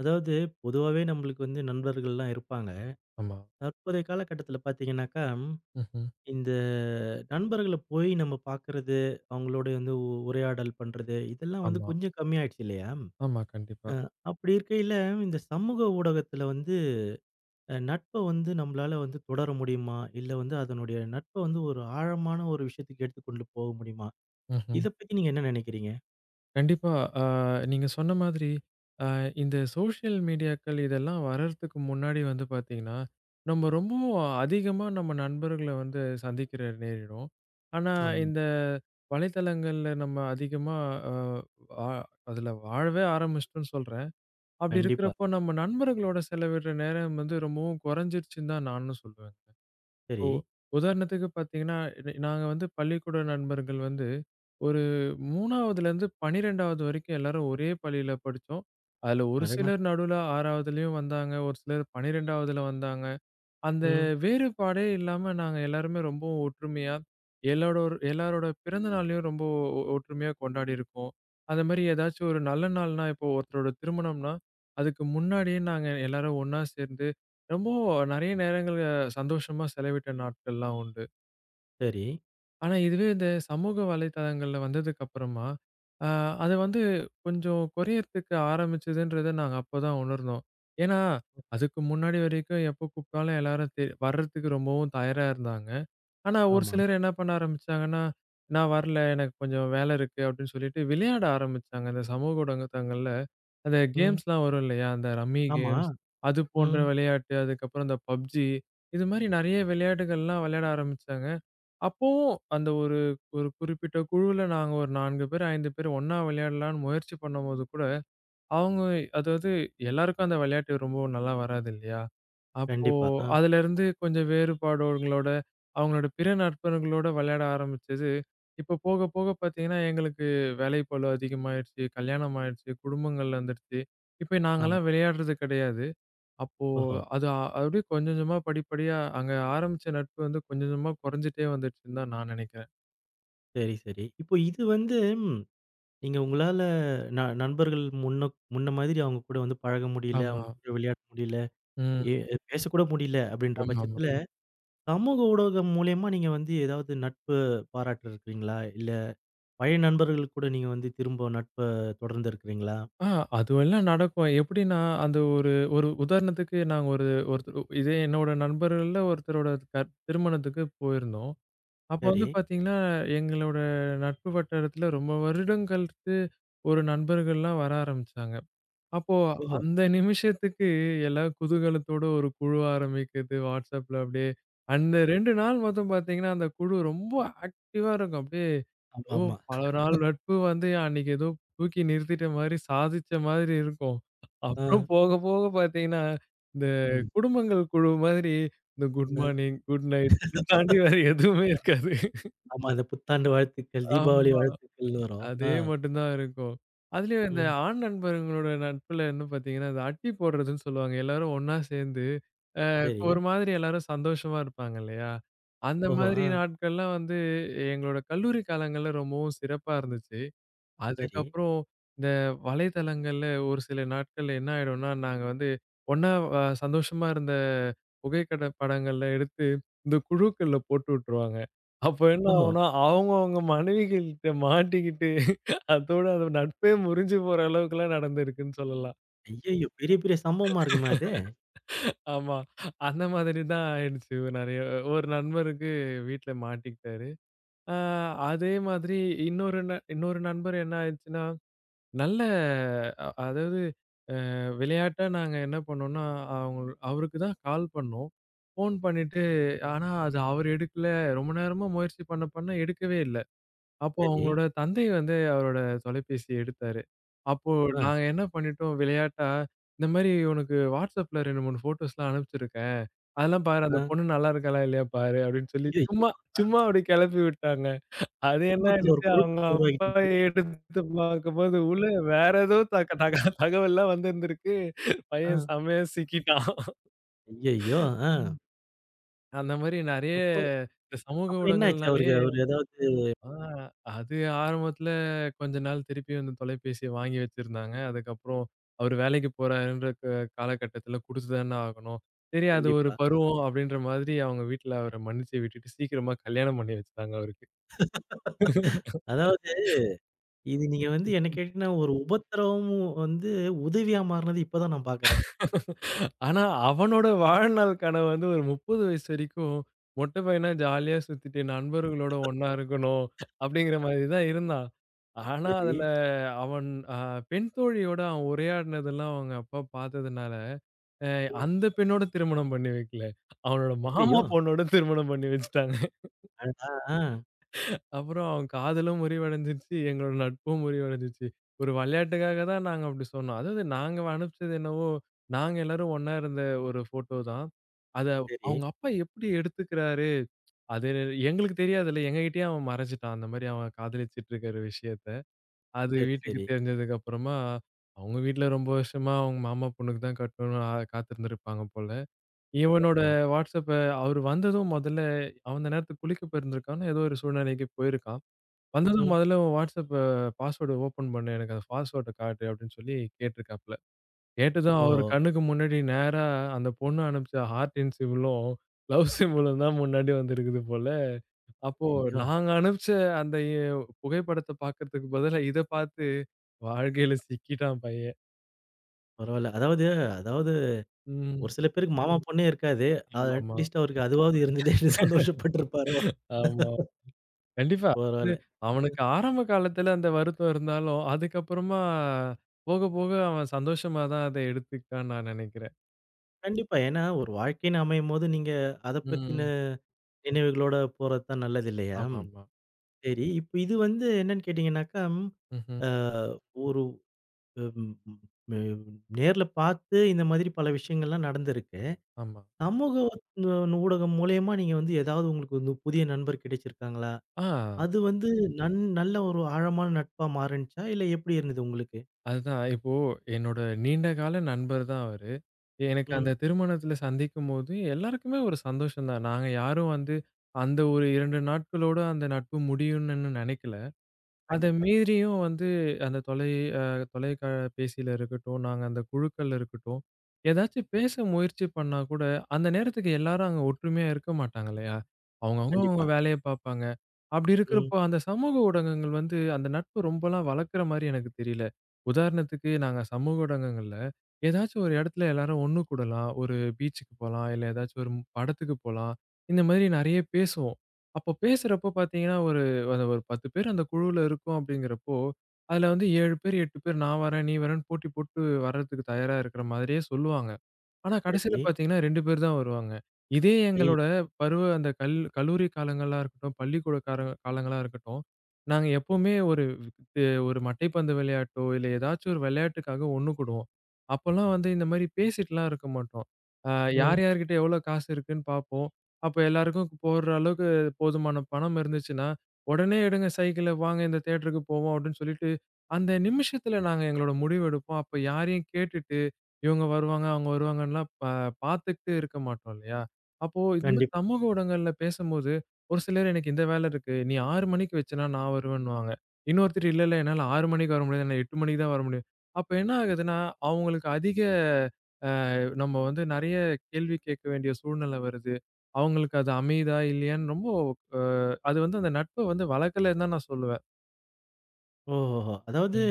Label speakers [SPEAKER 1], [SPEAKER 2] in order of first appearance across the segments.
[SPEAKER 1] அதாவது பொதுவாவே நம்மளுக்கு வந்து நண்பர்கள்லாம் இருப்பாங்க.
[SPEAKER 2] ஆமா.
[SPEAKER 1] தற்போதைய காலகட்டத்தில பார்த்தீங்கன்னாக்கா,
[SPEAKER 2] ம்ஹ்ம்.
[SPEAKER 1] இந்த நண்பர்கள போய் நம்ம பார்க்கறது, அவங்களோட வந்து உரையாடல் பண்றது, இதெல்லாம் வந்து
[SPEAKER 2] ஆமா,
[SPEAKER 1] கொஞ்சம் கம்மியாயிடுச்சு இல்லையா?
[SPEAKER 2] ஆமா. கண்டிப்பா.
[SPEAKER 1] அ அப்படி இருக்கையில இந்த சமூக ஊடகத்தில வந்து நட்ப வந்து நம்மளால வந்து தொடர முடியுமா? இல்ல வந்து அதனுடைய நட்ப வந்து ஒரு ஆழமான ஒரு விஷயத்துக்கு எடுத்துக்கொண்டு போக முடியுமா?
[SPEAKER 2] ம்ஹ்ம்.
[SPEAKER 1] இத பத்தி நீங்க என்ன நினைக்கிறீங்க?
[SPEAKER 2] கண்டிப்பா. ஆ நீங்க சொன்ன மாதிரி, அ இந்த சோசியல் மீடியாக்கள் இதெல்லாம் வர்றதுக்கு முன்னாடி வந்து பார்த்தீங்கன்னா, நம்ம ரொம்பவும் அதிகமா நம்ம நண்பர்கள வந்து சந்திக்கிற நேரிடும். ஆனா,
[SPEAKER 1] ஆமா.
[SPEAKER 2] இந்த வலைத்தளங்கள்ல நம்ம அதிகமா அ வா அதுல வாழவே ஆரம்பிச்சுட்டோம்னு சொல்றேன். அப்படி
[SPEAKER 1] கண்டிப்பா.
[SPEAKER 2] இருக்கிறப்போ, நம்ம நண்பர்களோட செலவிடுற நேரம் வந்து ரொம்பவும் குறைஞ்சிருச்சுன்னு தான் நானும் சொல்லுவேன். ஓ!
[SPEAKER 1] சரி.
[SPEAKER 2] உதாரணத்துக்கு பார்த்தீங்கன்னா, நாங்க வந்து பள்ளிக்கூட நண்பர்கள் வந்து, ஒரு 3வதுலேருந்து 12வது வரைக்கும் எல்லாரும் ஒரே பள்ளியில படிச்சோம். அதுல ஒரு
[SPEAKER 1] அடடா!
[SPEAKER 2] சிலர் நடுவுல 6வதுலயும் வந்தாங்க. ஒரு சிலர் 12வதுல வந்தாங்க. அந்த
[SPEAKER 1] ம்.
[SPEAKER 2] வேறுபாடே இல்லாம நாங்க எல்லாருமே ரொம்ப ஒற்றுமையா, எல்லாரோட ஒரு எல்லாரோட பிறந்த நாளையும் ரொம்ப ஒற்றுமையா கொண்டாடியிருக்கோம். அந்த மாரி ஏதாச்சும் ஒரு நல்ல நாள்னா, இப்போ ஒருத்தரோட திருமணம்னா, அதுக்கு முன்னாடியே நாங்க எல்லாரும் ஒண்ணா சேர்ந்து, ரொம்ப நெறைய நேரங்கள்ல சந்தோஷமா செலவிட்ட நாட்கள்லாம் உண்டு.
[SPEAKER 1] சரி.
[SPEAKER 2] ஆனா, இதுவே இந்த சமூக வலைதளங்கள்ல வந்ததுக்கு அப்புறமா, அ அது வந்து கொஞ்சம் குறையறதுக்கு ஆரம்பிச்சதுன்றத நாங்க அப்பதான் உணர்ந்தோம். ஏன்னா, அதுக்கு முன்னாடி வரைக்கும் எப்போ கூப்பிட்டாலும் எல்லாரும் வர்றதுக்கு ரொம்பவும் தயாரா இருந்தாங்க. ஆனா, ஒரு
[SPEAKER 1] ஆமா.
[SPEAKER 2] சிலர் என்ன பண்ண ஆரம்பிச்சாங்கன்னா, "நான் வரல. எனக்கு கொஞ்சம் வேலை இருக்கு" அப்படின்னு சொல்லிட்டு விளையாட ஆரம்பிச்சாங்க இந்த சமூக ஊடகங்கள்ல. அந்த
[SPEAKER 1] ம்.
[SPEAKER 2] கேம்ஸ்லாம் வரும் இல்லையா? அந்த ரம்மி
[SPEAKER 1] ஆமா.
[SPEAKER 2] கேம்ஸ், அது போன்ற
[SPEAKER 1] ம்.
[SPEAKER 2] விளையாட்டு, அதுக்கப்புறம் இந்த PUBG இது மாரி நெறைய விளையாட்டுகள்லாம் விளையாட ஆரம்பிச்சாங்க. அப்பவும் அந்த ஒரு ஒரு குறிப்பிட்ட குழுவுல நாங்க ஒரு 4 பேர், 5 பேர் ஒண்ணா விளையாடலான்னு முயற்சி பண்ணும்போது கூட அவங்க அதாவது எல்லாருக்கும் அந்த விளையாட்டு ரொம்ப நல்லா வராது இல்லையா? அப்போ
[SPEAKER 1] கண்டிப்பா. ஆ,
[SPEAKER 2] அதுலருந்து கொஞ்சம் வேறுபாடுகளோட, அவங்களோட பிற நண்பர்களோட விளையாட ஆரம்பிச்சது, இப்போ போக போக பார்த்தீங்கன்னா, எங்களுக்கு வேலைப்பளு அதிகமாயிருச்சு, கல்யாணம் ஆயிருச்சு, குடும்பங்கள் வந்துடுச்சு. இப்போ நாங்கலாம்
[SPEAKER 1] ஆமா.
[SPEAKER 2] விளையாடுறது கிடையாது. அப்போ
[SPEAKER 1] ஓஹோ!
[SPEAKER 2] அது அப்படியே கொஞ்சம் கொஞ்சமா படிப்படியா அங்க ஆரம்பிச்ச நட்பு வந்து கொஞ்சம் கொஞ்சமா குறைஞ்சுட்டே வந்துடுச்சுன்னு தான் நான் நினைக்கிறேன்.
[SPEAKER 1] சரி, சரி. இப்போ இது வந்து ம், நீங்க உங்களால நண்பர்கள் முன்ன முன்ன மாதிரி அவங்க கூட வந்து பழக முடியல,
[SPEAKER 2] ஆமா.
[SPEAKER 1] அவங்க கூட விளையாட முடியல,
[SPEAKER 2] ம்.
[SPEAKER 1] ஏ பேசக்கூட முடியல அப்படின்ற
[SPEAKER 2] ஆமாமா.
[SPEAKER 1] பட்சத்தில, சமூக ஊடகம் மூலியமா நீங்க வந்து ஏதாவது நட்பு பாராட்டு இருக்கிறீங்களா? இல்ல பழைய நண்பர்கள் கூட நீங்க வந்து திரும்ப நட்ப தொடர்ந்து இருக்கிறீங்களா?
[SPEAKER 2] ஆ அதுவெல்லாம் நடக்கும். எப்படின்னா, அந்த ஒரு ஒரு உதாரணத்துக்கு நாங்க ஒருத்தர் இதே என்னோட நண்பர்கள்ல ஒருத்தரோட திருமணத்துக்கு போயிருந்தோம். அப்போ வந்து
[SPEAKER 1] சரி.
[SPEAKER 2] பார்த்தீங்கன்னா, எங்களோட நட்பு வட்டாரத்தில ரொம்ப வருடம் கழித்து ஒரு நண்பர்கள்லாம் வர ஆரம்பிச்சாங்க. அப்போ
[SPEAKER 1] ஓஹோ!
[SPEAKER 2] அந்த நிமிஷத்துக்கு எல்லாம் குதூகலத்தோட ஒரு குழு ஆரம்பிக்குது WhatsAppல அப்படியே. அந்த 2 நாள் மட்டும் பார்த்தீங்கன்னா, அந்த குழு ரொம்ப ஆக்டிவா இருக்கும். அப்படியே
[SPEAKER 1] ஆமா,
[SPEAKER 2] ஓ!
[SPEAKER 1] ஆமா.
[SPEAKER 2] பல நாள் நட்பு வந்து அன்னைக்கு ஏதோ தூக்கி நிறுத்திட்ட மாரி, சாதிச்ச மாதிரி இருக்கும்.
[SPEAKER 1] ஆ.
[SPEAKER 2] அப்புறம் போக போக பார்த்தீங்கன்னா, இந்த
[SPEAKER 1] ம்.
[SPEAKER 2] குடும்பங்கள் குழு மாதிரி இந்த குட்
[SPEAKER 1] அ.
[SPEAKER 2] மார்னிங், குட் நைட் இத தாண்டி வேற எதுவுமே இருக்காது.
[SPEAKER 1] ஆமா. அந்த புத்தாண்டு வாழ்த்துக்கள், தீபாவளி
[SPEAKER 2] ஆமா.
[SPEAKER 1] வாழ்த்துக்கள்னு வரும். ஆ.
[SPEAKER 2] அதே மட்டும் தான் இருக்கும். அதுலயும் இந்த
[SPEAKER 1] ம்.
[SPEAKER 2] ஆண் நண்பர்களோட நட்புல என்ன பார்த்தீங்கன்னா, இந்த அட்டி போடுறதுன்னு சொல்லுவாங்க. எல்லாரும் ஒண்ணா சேர்ந்து
[SPEAKER 1] சரி.
[SPEAKER 2] ஒரு மாதிரி எல்லாரும் சந்தோஷமா இருப்பாங்க இல்லையா? அந்த
[SPEAKER 1] ஓஹோ!
[SPEAKER 2] மாதிரி
[SPEAKER 1] ஆ.
[SPEAKER 2] நாட்கள்லாம் வந்து எங்களோட கல்லூரி காலங்கள்ல ரொம்பவும் சிறப்பா இருந்துச்சு.
[SPEAKER 1] சரி.
[SPEAKER 2] அதுக்கப்புறம் இந்த வலைத்தளங்கள்ல ஒரு சில நாட்கள்ல என்ன ஆயிடும்னா, நாங்க வந்து ஒண்ணா சந்தோஷமா இருந்த புகைக்கட படங்கள்ல எடுத்து, இந்த குழுக்கள்ல போட்டு விட்டுருவாங்க. அப்ப என்ன
[SPEAKER 1] ஓஹோ!
[SPEAKER 2] ஆகும்னா, அவங்க அவங்க மனைவிகள்ட்ட மாட்டிக்கிட்டு அதோட அந்த நட்பே முறிஞ்சு போற அளவுக்குலாம் நடந்திருக்குன்னு சொல்லலாம்.
[SPEAKER 1] ஐயய்யோ! பெரிய பெரிய சம்பவமா இருக்குமே அது.
[SPEAKER 2] ஆமா. அந்த மாதிரி தான் ஆயிடுச்சு நெறைய. ஒரு நண்பருக்கு வீட்ல மாட்டிக்கிட்டாரு. அ அதே மாதிரி இன்னொரு இன்னொரு நண்பர் என்ன ஆயிடுச்சுன்னா நல்ல அ அதாவது அ விளையாட்டா நாங்க என்ன பண்ணோம்னா, அவருக்கு தான் கால் பண்ணோம். ஃபோன் பண்ணிட்டு ஆனா அது அவர் எடுக்கல. ரொம்ப நேரமா முயற்சி பண்ண பண்ண எடுக்கவே இல்ல. அப்போ
[SPEAKER 1] சரி.
[SPEAKER 2] அவங்களோட தந்தை வந்து அவரோட தொலைபேசி எடுத்தாரு. அப்போ
[SPEAKER 1] ஆ,
[SPEAKER 2] நாங்க என்ன பண்ணிட்டோம் விளையாட்டா, இந்த மாரி உனக்கு WhatsAppல 2, 3 ஃபோட்டோஸ்லாம் அனுப்பிச்சிருக்கேன். அதெல்லாம் பாரு அந்த
[SPEAKER 1] ஆ.
[SPEAKER 2] பொண்ணு நல்லா இருக்காளா இல்லையா பாரு அப்படின்னு சொல்லி
[SPEAKER 1] ஐயய்யோ!
[SPEAKER 2] சும்மா சும்மா அப்படி கிளப்பி விட்டாங்க. அது என்ன
[SPEAKER 1] குடும்பத்துல ஒரு
[SPEAKER 2] ஆயிடுச்சு, அவங்க
[SPEAKER 1] குழப்பத்த
[SPEAKER 2] அப்பா
[SPEAKER 1] உருவாக்கிட்டீங்களே!
[SPEAKER 2] எடுத்து பார்க்கும்போது, உள்ள வேற ஏதோ தக தக தகவல்லாம் வந்திருந்திருக்கு.
[SPEAKER 1] ஆ.
[SPEAKER 2] பையன் செமையா சிக்கிட்டான்.
[SPEAKER 1] ஐயய்யோ! ஆ.
[SPEAKER 2] அந்த மாரி நெறைய
[SPEAKER 1] அப்போ
[SPEAKER 2] இந்த சமூக
[SPEAKER 1] அப்ப என்ன ஆச்சு அவருக்கு?
[SPEAKER 2] ஊடகங்கள்னாலயே
[SPEAKER 1] அவரு ஏதாவது
[SPEAKER 2] ஆ அது ஆரம்பத்துல கொஞ்ச நாள் திருப்பி வந்து தொலைபேசிய வாங்கி வச்சிருந்தாங்க. அதுக்கப்புறம் அவரு வேலைக்கு போறாருன்ற காலகட்டத்துல குடுத்து தான ஆகணும். சரி அது ஒரு
[SPEAKER 1] கண்டிப்பா.
[SPEAKER 2] பருவம் அப்படின்ற மாதிரி அவங்க வீட்ல அவர மன்னிச்சு விட்டுட்டு, சீக்கிரமா கல்யாணம் பண்ணி வச்சுட்டாங்க அவருக்கு.
[SPEAKER 1] அதாவது இது நீங்க வந்து என்ன கேட்டீங்கன்னா, ஒரு உபத்திரவமும் வந்து உதவியா மாறுனது இப்ப தான் நான் பாக்குறேன்.
[SPEAKER 2] ஆனா, அவனோட வாழ்நாள் கனவு வந்து ஒரு 30 வயசு வரைக்கும் மொட்டை பையனா ஜாலியா சுத்திட்டு நண்பர்களோட ஒண்ணா இருக்கணும். அப்படிங்கிற மாதிரி தான் இருந்தான். ஆனா,
[SPEAKER 1] சரி.
[SPEAKER 2] அதுல அவன் அ பெண் தோழியோட அவன் உரையாடினதெல்லாம் அவங்க அப்பா பார்த்ததுனால, அ
[SPEAKER 1] ம்.
[SPEAKER 2] அந்த பெண்ணோட திருமணம் பண்ணி வைக்கல. அவனோட மாமா
[SPEAKER 1] ஐயய்யோ!
[SPEAKER 2] பொண்ணோட திருமணம் பண்ணி வச்சுட்டாங்க.
[SPEAKER 1] அடடா! ஆ.
[SPEAKER 2] அப்புறம் காதலும் முறிவடைஞ்சிருச்சு. எங்களோட நட்பும் முறிவடைஞ்சிருச்சு. ஒரு விளையாட்டுக்காக தான் நாங்க அப்படி சொன்னோம். அதாவது நாங்க அனுப்பிச்சது என்னவோ, நாங்க எல்லாரும் ஒண்ணா இருந்த ஒரு ஃபோட்டோ தான். அத
[SPEAKER 1] சரி,
[SPEAKER 2] அவங்க அப்பா எப்படி எடுத்துக்கிறாரு? அது எங்களுக்கு தெரியாதுல்ல. எங்ககிட்டயே அவன் மறைச்சுட்டான். அந்த மாரி அவன் காதலிச்சுட்டு இருக்கிற விஷயத்த. அது
[SPEAKER 1] சரி,
[SPEAKER 2] வீட்டுக்கு
[SPEAKER 1] சரி.
[SPEAKER 2] தெரிஞ்சதுக்கு அப்புறமா, அவங்க வீட்ல ரொம்ப வருஷமா அவங்க மாமா பொண்ணுக்கு தான் கட்டணும்னு காத்திருந்திருப்பாங்க போல. இவனோட
[SPEAKER 1] ஓஹோ!
[SPEAKER 2] வாட்ஸ்அப்ப அவரு வந்ததும் முதல்ல அவன் அந்த நேரத்துக்கு குளிக்க போயிருந்திருக்கான்னு ஏதோ ஒரு சூழ்நிலைக்கு போயிருக்கான். வந்ததும்
[SPEAKER 1] ம்.
[SPEAKER 2] மொதல்ல வாட்ஸ்அப் பாஸ்வேர்ட் ஓப்பன் பண்ணு. எனக்கு அந்த பாஸ்வேர்ட்ட காட்டு அப்படின்னு சொல்லி கேட்டுருக்காப்ல. கேட்டதும் அவரு
[SPEAKER 1] ஓஹோ!
[SPEAKER 2] கண்ணுக்கு முன்னாடி நேரா அந்த பொண்ணு அனுப்பிச்ச ஹார்ட்டின் சிம்பலும், லவ் சிம்பலும் தான் முன்னாடி வந்திருக்குது போல. அப்போ
[SPEAKER 1] ஐயோ!
[SPEAKER 2] நாங்க அனுப்பிச்ச அந்த புகைப்படத்த பார்க்கறதுக்கு பதிலா இத பார்த்து வாழ்க்கையில சிக்கிட்டான் பையன்.
[SPEAKER 1] பரவால்ல. அதாவது அதாவது ஒரு
[SPEAKER 2] ம்.
[SPEAKER 1] சில பேருக்கு மாமா பொண்ணே இருக்காது.
[SPEAKER 2] ஆமாமா.
[SPEAKER 1] அட்லீஸ்ட் அவருக்கு அதுவாவது இருந்ததேன்னு சந்தோஷப்பட்டுருப்பாரு.
[SPEAKER 2] ஆமா. ஆமா கண்டிப்பா. அது
[SPEAKER 1] பரவால்ல.
[SPEAKER 2] அவனுக்கு ஆரம்ப காலத்துல அந்த வருத்தம் இருந்தாலும், அதுக்கப்புறமா போக போக அவன் சந்தோஷமா தான் அத எடுத்துக்கிட்டான்னு நான் நெனைக்கிறேன்.
[SPEAKER 1] கண்டிப்பா. ஏன்னா, ஒரு வாழ்க்கைன்னு அமையும்போது நீங்க அத பத்தின
[SPEAKER 2] ம்.
[SPEAKER 1] நினைவுகளோட போறது தான் நல்லது இல்லையா?
[SPEAKER 2] ஆமாமா.
[SPEAKER 1] சரி, இப்ப இது வந்து என்னன்னு கேட்டீங்கன்னாக்கா,
[SPEAKER 2] ம்ஹ்ம்.
[SPEAKER 1] அ ஒரு ம் ம், நேர்ல பார்த்து இந்த மாதிரி பல விஷயங்கள்லாம் நடந்திருக்கு.
[SPEAKER 2] ஆமா.
[SPEAKER 1] சமூக ஊ ஊடகம் மூலியமா நீங்க வந்து ஏதாவது உங்களுக்கு வந்து புதிய நண்பர் கிடைச்சிருக்காங்களா?
[SPEAKER 2] ஆ
[SPEAKER 1] அது வந்து நல்ல ஒரு ஆழமான நட்பா மாறுனுச்சா? இல்ல எப்படி இருந்தது உங்களுக்கு?
[SPEAKER 2] அதுதான். இப்போ என்னோட நீண்ட கால நண்பர் தான் அவரு. எனக்கு அந்த
[SPEAKER 1] ம்.
[SPEAKER 2] திருமணத்தில சந்திக்கும்போது எல்லாருக்குமே ஒரு சந்தோஷம் தான். நாங்க யாரும் வந்து அந்த ஒரு 2 நாட்களோட அந்த நட்பு முடியும்னு நினைக்கல. அத
[SPEAKER 1] கண்டிப்பா,
[SPEAKER 2] மீறியும் வந்து அந்த அ தொலைக்காபேசியில இருக்கட்டும், நாங்க அந்த குழுக்கள்ல இருக்கட்டும், ஏதாச்சும் பேச முயற்சி பண்ணா கூட, அந்த நேரத்துக்கு எல்லாரும் அங்க ஒற்றுமையா இருக்க மாட்டாங்க இல்லையா? அவங்கவங்க அவங்க
[SPEAKER 1] கண்டிப்பா.
[SPEAKER 2] வேலைய பார்ப்பாங்க. அப்படி
[SPEAKER 1] ம்.
[SPEAKER 2] இருக்கிறப்போ, அந்த சமூக ஊடகங்கள் வந்து அந்த நட்பு ரொம்பலாம் வளர்க்குற மாரி எனக்கு தெரியல. உதாரணத்துக்கு நாங்க சமூக ஊடகங்கள்ல ஏதாச்சும் ஒரு இடத்துல எல்லாரும் ஒண்ணு கூடலாம். ஒரு பீச்சுக்கு போலாம், இல்ல ஏதாச்சும் ஒரு படத்துக்கு போலாம். இந்த மாதிரி நெறைய பேசுவோம். அப்போ பேசுறப்போ பார்த்தீங்கன்னா அந்த ஒரு 10 பேர் அந்த குழுவுல இருக்கோம் அப்படிங்கிறப்போ, அதுல வந்து 7 பேர், 8 பேர் நான் வரேன், நீ வரேன்னு போட்டி போட்டு வர்றதுக்கு தயாரா இருக்கிற மாதிரியே சொல்லுவாங்க. ஆனா கடைசியில
[SPEAKER 1] சரி.
[SPEAKER 2] பார்த்தீங்கன்னா 2 பேர் தான் வருவாங்க. இதே
[SPEAKER 1] ஐ
[SPEAKER 2] எங்களோட பருவ அந்த கல்லூரி காலங்களா இருக்கட்டும், பள்ளிக்கூட காலங்களா இருக்கட்டும், நாங்க எப்பவுமே ஒரு மட்டைப்பந்து விளையாட்டோ, இல்ல ஏதாச்சும் ஒரு விளையாட்டுக்காக ஒண்ணு கூடுவோம். அப்போலாம் வந்து இந்த மாரி பேசிட்டுலாம் இருக்க மாட்டோம். அ யார்
[SPEAKER 1] ம்.
[SPEAKER 2] யார்கிட்ட எவ்வளோ காசு இருக்குன்னு பார்ப்போம். அப்ப எல்லாருக்கும் போடுற அளவுக்கு போதுமான பணம் இருந்துச்சுன்னா, "உடனே எடுங்க சைக்கிள, வாங்க இந்த தியேட்டருக்கு போவோம்" அப்படின்னு சொல்லிட்டு, அந்த நிமிஷத்துல நாங்க எங்களோட முடிவு எடுப்போம். அப்ப யாரையும் கேட்டுட்டு இவங்க வருவாங்க, அவங்க வருவாங்கன்லாம் பார்த்துக்கிட்டு இருக்க மாட்டோம் இல்லையா? அப்போ இந்த மாரி
[SPEAKER 1] கண்டிப்பா.
[SPEAKER 2] சமூக ஊடகங்கள்ல பேசும்போது, ஒரு சிலர் எனக்கு இந்த வேலை இருக்கு. நீ 6 மணிக்கு வச்சேன்னா நான் வருவேன்னுவாங்க. இன்னொருத்தர் இல்ல, இல்ல என்னால 6 மணிக்கு வர முடியாது. நான் 8 மணிக்கு தான் வர முடியும். அப்ப என்ன ஆகுதுன்னா, அவங்களுக்கு அதிக நம்ம வந்து நெறைய கேள்வி கேட்க வேண்டிய சூழ்நிலை வருது. அவங்களுக்கு அது அமையுதா இல்லையான்னு ரொம்ப அ அது வந்து அந்த நட்ப வந்து வளர்க்கலன்னு தான் நான் சொல்லுவேன்.
[SPEAKER 1] ஓஹோஹோ! அதாவது
[SPEAKER 2] ம்.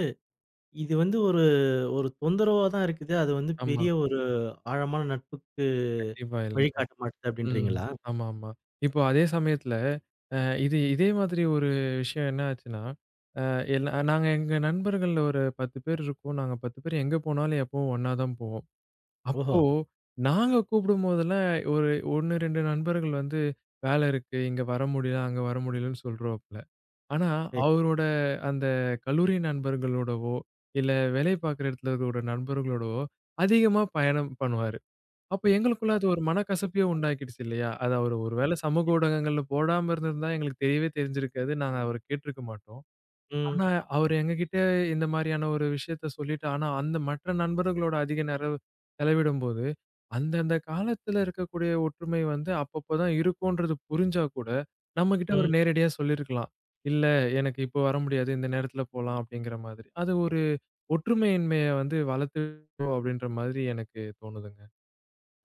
[SPEAKER 1] இது வந்து ஒரு ஒரு தொந்தரவா தான் இருக்குது. அது வந்து
[SPEAKER 2] ஆமா.
[SPEAKER 1] பெரிய ஒரு ஆழமான நட்புக்கு
[SPEAKER 2] கண்டிப்பா இல்ல.
[SPEAKER 1] வழிகாட்ட மாட்டுது
[SPEAKER 2] ம்.
[SPEAKER 1] அப்டின்றீங்களா?
[SPEAKER 2] ஆமா, ஆமா. இப்போ அதே சமயத்துல, அ இது இதே மாதிரி ஒரு விஷயம் என்ன ஆச்சுன்னா, அ எல்லா நாங்க எங்க நண்பர்கள்ல ஒரு 10 பேர் இருக்கோம். நாங்க 10 பேர் எங்க போனாலும் எப்பவும் ஒண்ணா தான் போவோம்.
[SPEAKER 1] ஓஹோ!
[SPEAKER 2] அப்போ நாங்க கூப்பிடும்போதெல்லாம் ஒரு 1, 2 நண்பர்கள் வந்து வேலை இருக்கு. இங்க வர முடியல, அங்க வர முடியலன்னு சொல்றாப்ல. ஆனா
[SPEAKER 1] சரி.
[SPEAKER 2] அவரோட அந்த கல்லூரி நண்பர்களோடவோ, இல்ல வேலை பார்க்குற இடத்துல இருக்கிற நண்பர்களோடவோ அதிகமா பயணம் பண்ணுவாரு. அப்ப எங்களுக்குள்ள அது ஒரு மனக்கசப்பையே உண்டாக்கிடுச்சு இல்லையா? அது அவரு ஒரு வேள
[SPEAKER 1] புரியுது.
[SPEAKER 2] சமூக
[SPEAKER 1] கண்டிப்பா.
[SPEAKER 2] ஊடகங்கள்ல போடாம இருந்திருந்தா எங்களுக்கு தெரியவே தெரிஞ்சிருக்காது. நாங்க அவர கேட்டுருக்க மாட்டோம்.
[SPEAKER 1] ம்,
[SPEAKER 2] ஆனா அவரு எங்ககிட்ட இந்த மாரியான ஒரு விஷயத்த சொல்லிட்டு, ஆனா அந்த மற்ற நண்பர்களோட அதிக நேரம் செலவிடும்போது, அந்தந்த காலத்துல இருக்கக்கூடிய ஒற்றுமை வந்து அப்பப்ப தான் இருக்கும்ன்றது புரிஞ்சா கூட, நம்மகிட்ட
[SPEAKER 1] ம்.
[SPEAKER 2] அவரு நேரடியா சொல்லியிருக்கலாம். "இல்ல எனக்கு இப்போ வர முடியாது. இந்த நேரத்துல போலாம்" அப்படிங்கிற மாதிரி. அது ஒரு ஒற்றுமையின்மைய வந்து வளர்த்து அப்படின்ற மாதிரி எனக்கு தோணுதுங்க.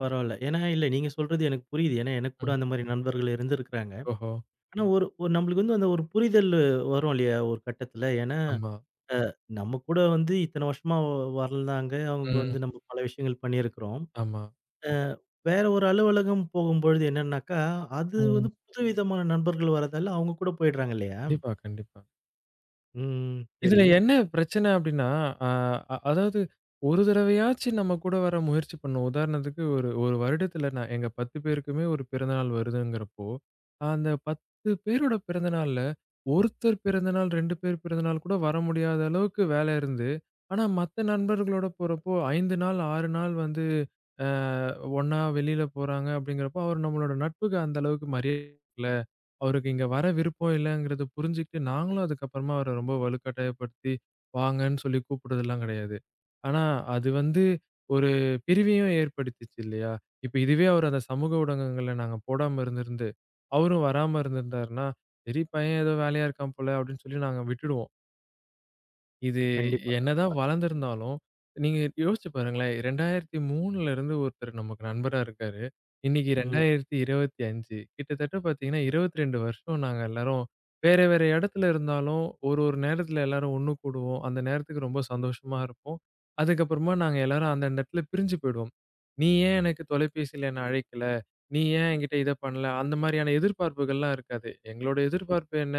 [SPEAKER 1] பரவால்ல. ஏன்னா இல்ல நீங்க சொல்றது எனக்கு புரியுது. ஏன்னா எனக்கு கூட
[SPEAKER 2] ம்.
[SPEAKER 1] அந்த மாரி நண்பர்கள் இருந்திருக்கிறாங்க.
[SPEAKER 2] ஓஹோ!
[SPEAKER 1] ஆனா ஒரு ஒரு நம்மளுக்கு வந்து அந்த ஒரு புரிதல் வரும் இல்லையா? ஒரு கட்டத்துல. ஏன்னா
[SPEAKER 2] ஆமா.
[SPEAKER 1] நம்ம கூட வந்து இத்தன வருஷமா வாழ்ந்தாங்க. அவங்க
[SPEAKER 2] ம்.
[SPEAKER 1] வந்து நம்ம பல விஷயங்கள் பண்ணியிருக்கிறோம்.
[SPEAKER 2] ஆமா.
[SPEAKER 1] அ வேற ஒரு அலுவலகம் போகும்பொழுது என்னன்னாக்கா, அது
[SPEAKER 2] ம்.
[SPEAKER 1] வந்து புதுவிதமான நண்பர்கள் வரதால அவங்க கூட போயிடுறாங்க இல்லையா?
[SPEAKER 2] கண்டிப்பா, கண்டிப்பா.
[SPEAKER 1] ம். சரி.
[SPEAKER 2] இதுல என்ன பிரச்சனை அப்டின்னா, அ அ அதாவது ஒரு தடவையாச்சும் நம்ம கூட வர முயற்சி பண்ணுவோம். உதாரணத்துக்கு ஒரு ஒரு வருடத்துல நான் எங்க 10 பேருக்குமே ஒரு பிறந்தநாள் வருதுங்கிறப்போ, அந்த 10 பேரோட பிறந்தநாள்ல ஒருத்தர் பிறந்தநாள், 2 பேர் பிறந்தநாள் கூட வர முடியாத அளவுக்கு வேலை இருந்து, ஆனா மத்த நண்பர்களோட போறப்போ 5 நாள், 6 நாள் வந்து அ ஒண்ணா வெளியில போறாங்க அப்டிங்கிறப்போ, அவர் நம்மளோட நட்புக்கு அந்த அளவுக்கு மரியாதை அவருக்கு இங்க வர விருப்பம் இல்லங்கிறத புரிஞ்சுகிட்டு, நாங்களும் அதுக்கப்புறமா அவர ரொம்ப வலுக்கட்டாயப்படுத்தி, வாங்கன்னு சொல்லி கூப்பிடுறதெல்லாம் கிடையாது. ஆனா, அது வந்து ஒரு பிரிவையும் ஏற்படுத்திச்சு இல்லையா? இப்ப இதுவே அவர் அந்த சமூக ஊடகங்கள்ல நாங்க போடாம இருந்திருந்து, அவரும் வராம இருந்திருந்தாருன்னா, "சரி பையன் ஏதோ வேலையா இருக்கான் போல" அப்படின்னு சொல்லி நாங்க விட்டுடுவோம். இது
[SPEAKER 1] கண்டிப்பா.
[SPEAKER 2] என்னதான் வளர்ந்திருந்தாலும், நீங்க யோசிச்சு பாருங்களேன். 2003ல இருந்து ஒருத்தர் நமக்கு நண்பரா இருக்காரு. இன்னைக்கு
[SPEAKER 1] ம்.
[SPEAKER 2] 2025 கிட்டத்தட்ட பார்த்தீங்கன்னா, 22 வருஷம் நாங்க எல்லாரும் வேற, வேற இடத்துல இருந்தாலும், ஒரு ஒரு நேரத்துல எல்லாரும் ஒண்ணு கூடுவோம். அந்த நேரத்துக்கு ரொம்ப சந்தோஷமா இருப்போம். அதுக்கப்புறமா நாங்க எல்லாரும் அந்த அந்த இடத்துல பிரிஞ்சு போயிடுவோம். "நீ ஏன் எனக்கு தொலைபேசியில என்ன அழைக்கல? நீ ஏன் என்கிட்ட இத பண்ணல?" அந்த மாரியான எதிர்பார்ப்புகள்லாம் இருக்காது. எங்களோட எதிர்பார்ப்பு என்ன?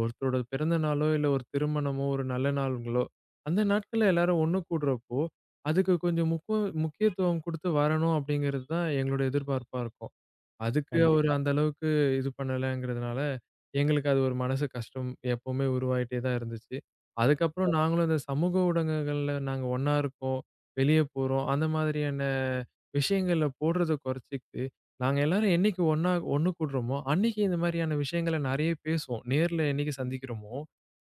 [SPEAKER 2] ஒருத்தரோட பிறந்த நாளோ, இல்ல ஒரு திருமணமோ, ஒரு நல்ல நாளுங்களோ, அந்த நாட்கள்ல எல்லாரும் ஒண்ணு கூடுறப்போ, அதுக்கு கொஞ்சம் முக்கியத்துவம் குடுத்து வரணும் அப்படிங்கிறது தான் எங்களோட எதிர்பார்ப்பா இருக்கும். அதுக்கு அவரு
[SPEAKER 1] கண்டிப்பா.
[SPEAKER 2] அந்த அளவுக்கு இது பண்ணலங்கிறதுனால, எங்களுக்கு அது ஒரு மனசு கஷ்டம் எப்பவுமே உருவாயிட்டே தான் இருந்துச்சு. அதுக்கப்புறம் நாங்களும் இந்த சமூக ஊடகங்கள்ல நாங்க ஒண்ணா இருக்கோம், வெளிய போறோம். அந்த மாதிரியான விஷயங்கள்ல போடுறத குறைச்சுக்கிட்டு, நாங்க எல்லாரும் என்னைக்கு ஒண்ணா ஒண்ணு கூடுறோமோ, அன்னைக்கு இந்த மாரியான விஷயங்கள நெறைய பேசுவோம். நேர்ல என்னைக்கு சந்திக்கிறோமோ,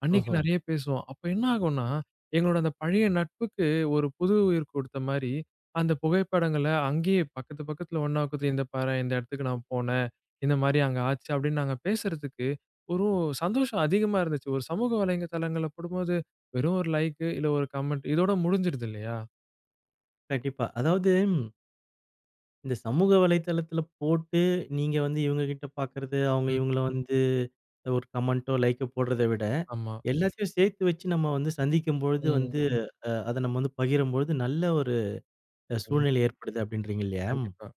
[SPEAKER 2] அன்னைக்கு
[SPEAKER 1] ஓஹோ!
[SPEAKER 2] நெறைய பேசுவோம். அப்ப என்ன ஆகும்னா, எங்களோட அந்த பழைய நட்புக்கு ஒரு புது உயிர் கொடுத்த மாரி, அந்த புகைப்படங்கள அங்கேயே பக்கத்து பக்கத்துல ஒண்ணா உக்காந்து, "இந்த பாரேன், இந்த இடத்துக்கு நான் போனேன். இந்த மாரி அங்க ஆச்சு." அப்படின்னு நாங்க பேசுறதுக்கு ஒரு சந்தோஷம் அதிகமா இருந்துச்சு. ஒரு சமூக வலைதளங்கள்ல போடும்போது, வெறும் ஒரு லைக்கு, இல்ல ஒரு கமெண்ட் இதோட முடிஞ்சிடுது இல்லையா?
[SPEAKER 1] கண்டிப்பா. அதாவது இந்த சமூக வலைதளத்தில போட்டு, நீங்க வந்து இவங்க கிட்ட பார்க்கறது, அவங்க
[SPEAKER 2] ம்.
[SPEAKER 1] இவங்கள வந்து ஒரு கமெண்ட்டோ, லைக்கோ போடுறத விட,
[SPEAKER 2] ஆமா.
[SPEAKER 1] எல்லாத்தையும் சேர்த்து வச்சு நம்ம வந்து சந்திக்கும்பொழுது வந்து
[SPEAKER 2] ம்.
[SPEAKER 1] அத நம்ம வந்து பகிரும்பொழுது நல்ல ஒரு
[SPEAKER 2] கண்டிப்
[SPEAKER 1] சூழ்நிலை ஏற்படுது அப்படின்றீங்க இல்லையா?
[SPEAKER 2] கண்டிப்பா.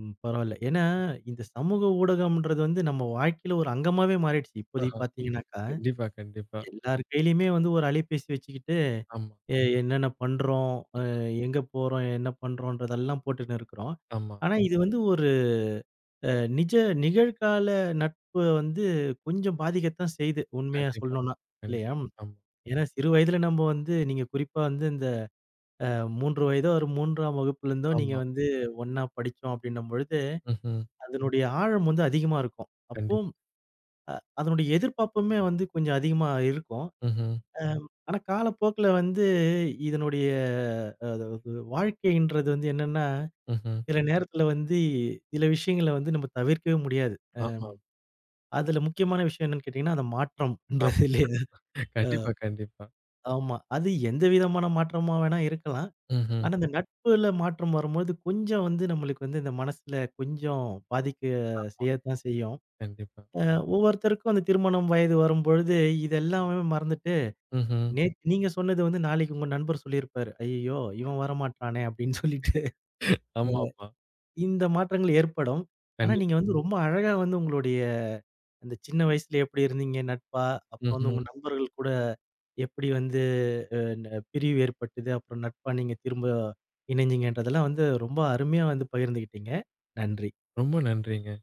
[SPEAKER 1] ம். பரவால்ல. ஏன்னா இந்த சமூக ஊடகம்ன்றது வந்து நம்ம வாழ்க்கையில ஒரு அங்கமாவே மாறிடுச்சு.
[SPEAKER 2] ஆஹா.
[SPEAKER 1] இப்போதைக்கு பார்த்தீங்கன்னாக்கா,
[SPEAKER 2] கண்டிப்பா, கண்டிப்பா.
[SPEAKER 1] எல்லார் கையிலயுமே வந்து ஒரு அலைபேசி வச்சுக்கிட்டு
[SPEAKER 2] ஆமா,
[SPEAKER 1] என்னென்ன பண்றோம்? அ எங்க போறோம்? என்ன பண்றோன்றதெல்லாம் போட்டுன்னு இருக்கிறோம்.
[SPEAKER 2] ஆமா.
[SPEAKER 1] ஆனா, இது வந்து ஒரு அ நிஜ நிகழ்கால நட்ப வந்து கொஞ்சம் பாதிக்கத்தான் செய்யுது. உண்மையா
[SPEAKER 2] கண்டிப்பா,
[SPEAKER 1] சொல்லணும்னா, இல்லையா?
[SPEAKER 2] கண்டிப்பா. ஆமா,
[SPEAKER 1] ஏன்னா சிறு வயதில நம்ம வந்து நீங்க குறிப்பா வந்து இந்த அ 3 வயதோ ஒரு 3ஆம் வகுப்புல இருந்தோ நீங்க
[SPEAKER 2] ஆமா.
[SPEAKER 1] வந்து ஒண்ணா படிச்சோம் அப்டின்னும் பொழுது,
[SPEAKER 2] ம்ஹ்ம்.
[SPEAKER 1] அதனுடைய ஆழம் வந்து அதிகமா இருக்கும். அப்போ
[SPEAKER 2] கண்டிப்பா.
[SPEAKER 1] அ அதனுடைய எதிர்பார்ப்புமே வந்து கொஞ்சம் அதிகமா இருக்கும்.
[SPEAKER 2] ம்ஹ்ம்.
[SPEAKER 1] ஆம். ஆனா காலப்போக்குல வந்து இதனுடைய அதாவது வாழ்க்கைன்றது வந்து என்னன்னா,
[SPEAKER 2] ம்ஹ்ம்.
[SPEAKER 1] சில நேரத்துல வந்து சில விஷயங்கள வந்து நம்ம தவிர்க்கவே முடியாது.
[SPEAKER 2] ஆமா.
[SPEAKER 1] அதுல முக்கியமான விஷயம் என்னன்னு கேட்டீங்கன்னா, அந்த
[SPEAKER 2] ஆமா.
[SPEAKER 1] மாற்றம்ன்றது இல்லையா? அ
[SPEAKER 2] கண்டிப்பா, கண்டிப்பா.
[SPEAKER 1] ஆமா. அது எந்த விதமான மாற்றமா வேணா இருக்கலாம்.
[SPEAKER 2] ம்ஹ்ம்.
[SPEAKER 1] ஆனா இந்த நட்புல மாற்றம் வரும்போது கொஞ்சம் வந்து நம்மளுக்கு வந்து இந்த மனசுல கொஞ்சம் பாதிக்க
[SPEAKER 2] ஆமா.
[SPEAKER 1] செய்யத்தான் செய்யும்.
[SPEAKER 2] கண்டிப்பா.
[SPEAKER 1] அ ஒவ்வொருத்தருக்கும் அந்த திருமணம் வயது வரும்பொழுது இதெல்லாமே மறந்துட்டு
[SPEAKER 2] ம்ஹ்ம்.
[SPEAKER 1] நேத்து நீங்க சொன்னது வந்து நாளைக்கு உங்க நண்பர் சொல்லியிருப்பாரு. "ஐயய்யோ! இவன் வரமாட்டானே" அப்படின்னு சொல்லிட்டு.
[SPEAKER 2] ஆமாமா.
[SPEAKER 1] இந்த மாற்றங்கள் ஏற்படும். ஆனா
[SPEAKER 2] கண்டிப்
[SPEAKER 1] நீங்க வந்து ம். ரொம்ப அழகா வந்து உங்களுடைய அந்த சின்ன வயசுல எப்படி இருந்தீங்க நட்பா? அப்புறம் வந்து
[SPEAKER 2] ம்ஹ்ம்.
[SPEAKER 1] உங்க நண்பர்கள் கூட எப்படி வந்து அ ந பிரிவு ஏற்பட்டது? அப்புறம் நட்பா நீங்க திரும்ப இணைஞ்சீங்கன்றதெல்லாம் வந்து ரொம்ப அருமையா வந்து பகிர்ந்துகிட்டீங்க. நன்றி.
[SPEAKER 2] ரொம்ப நன்றிங்க.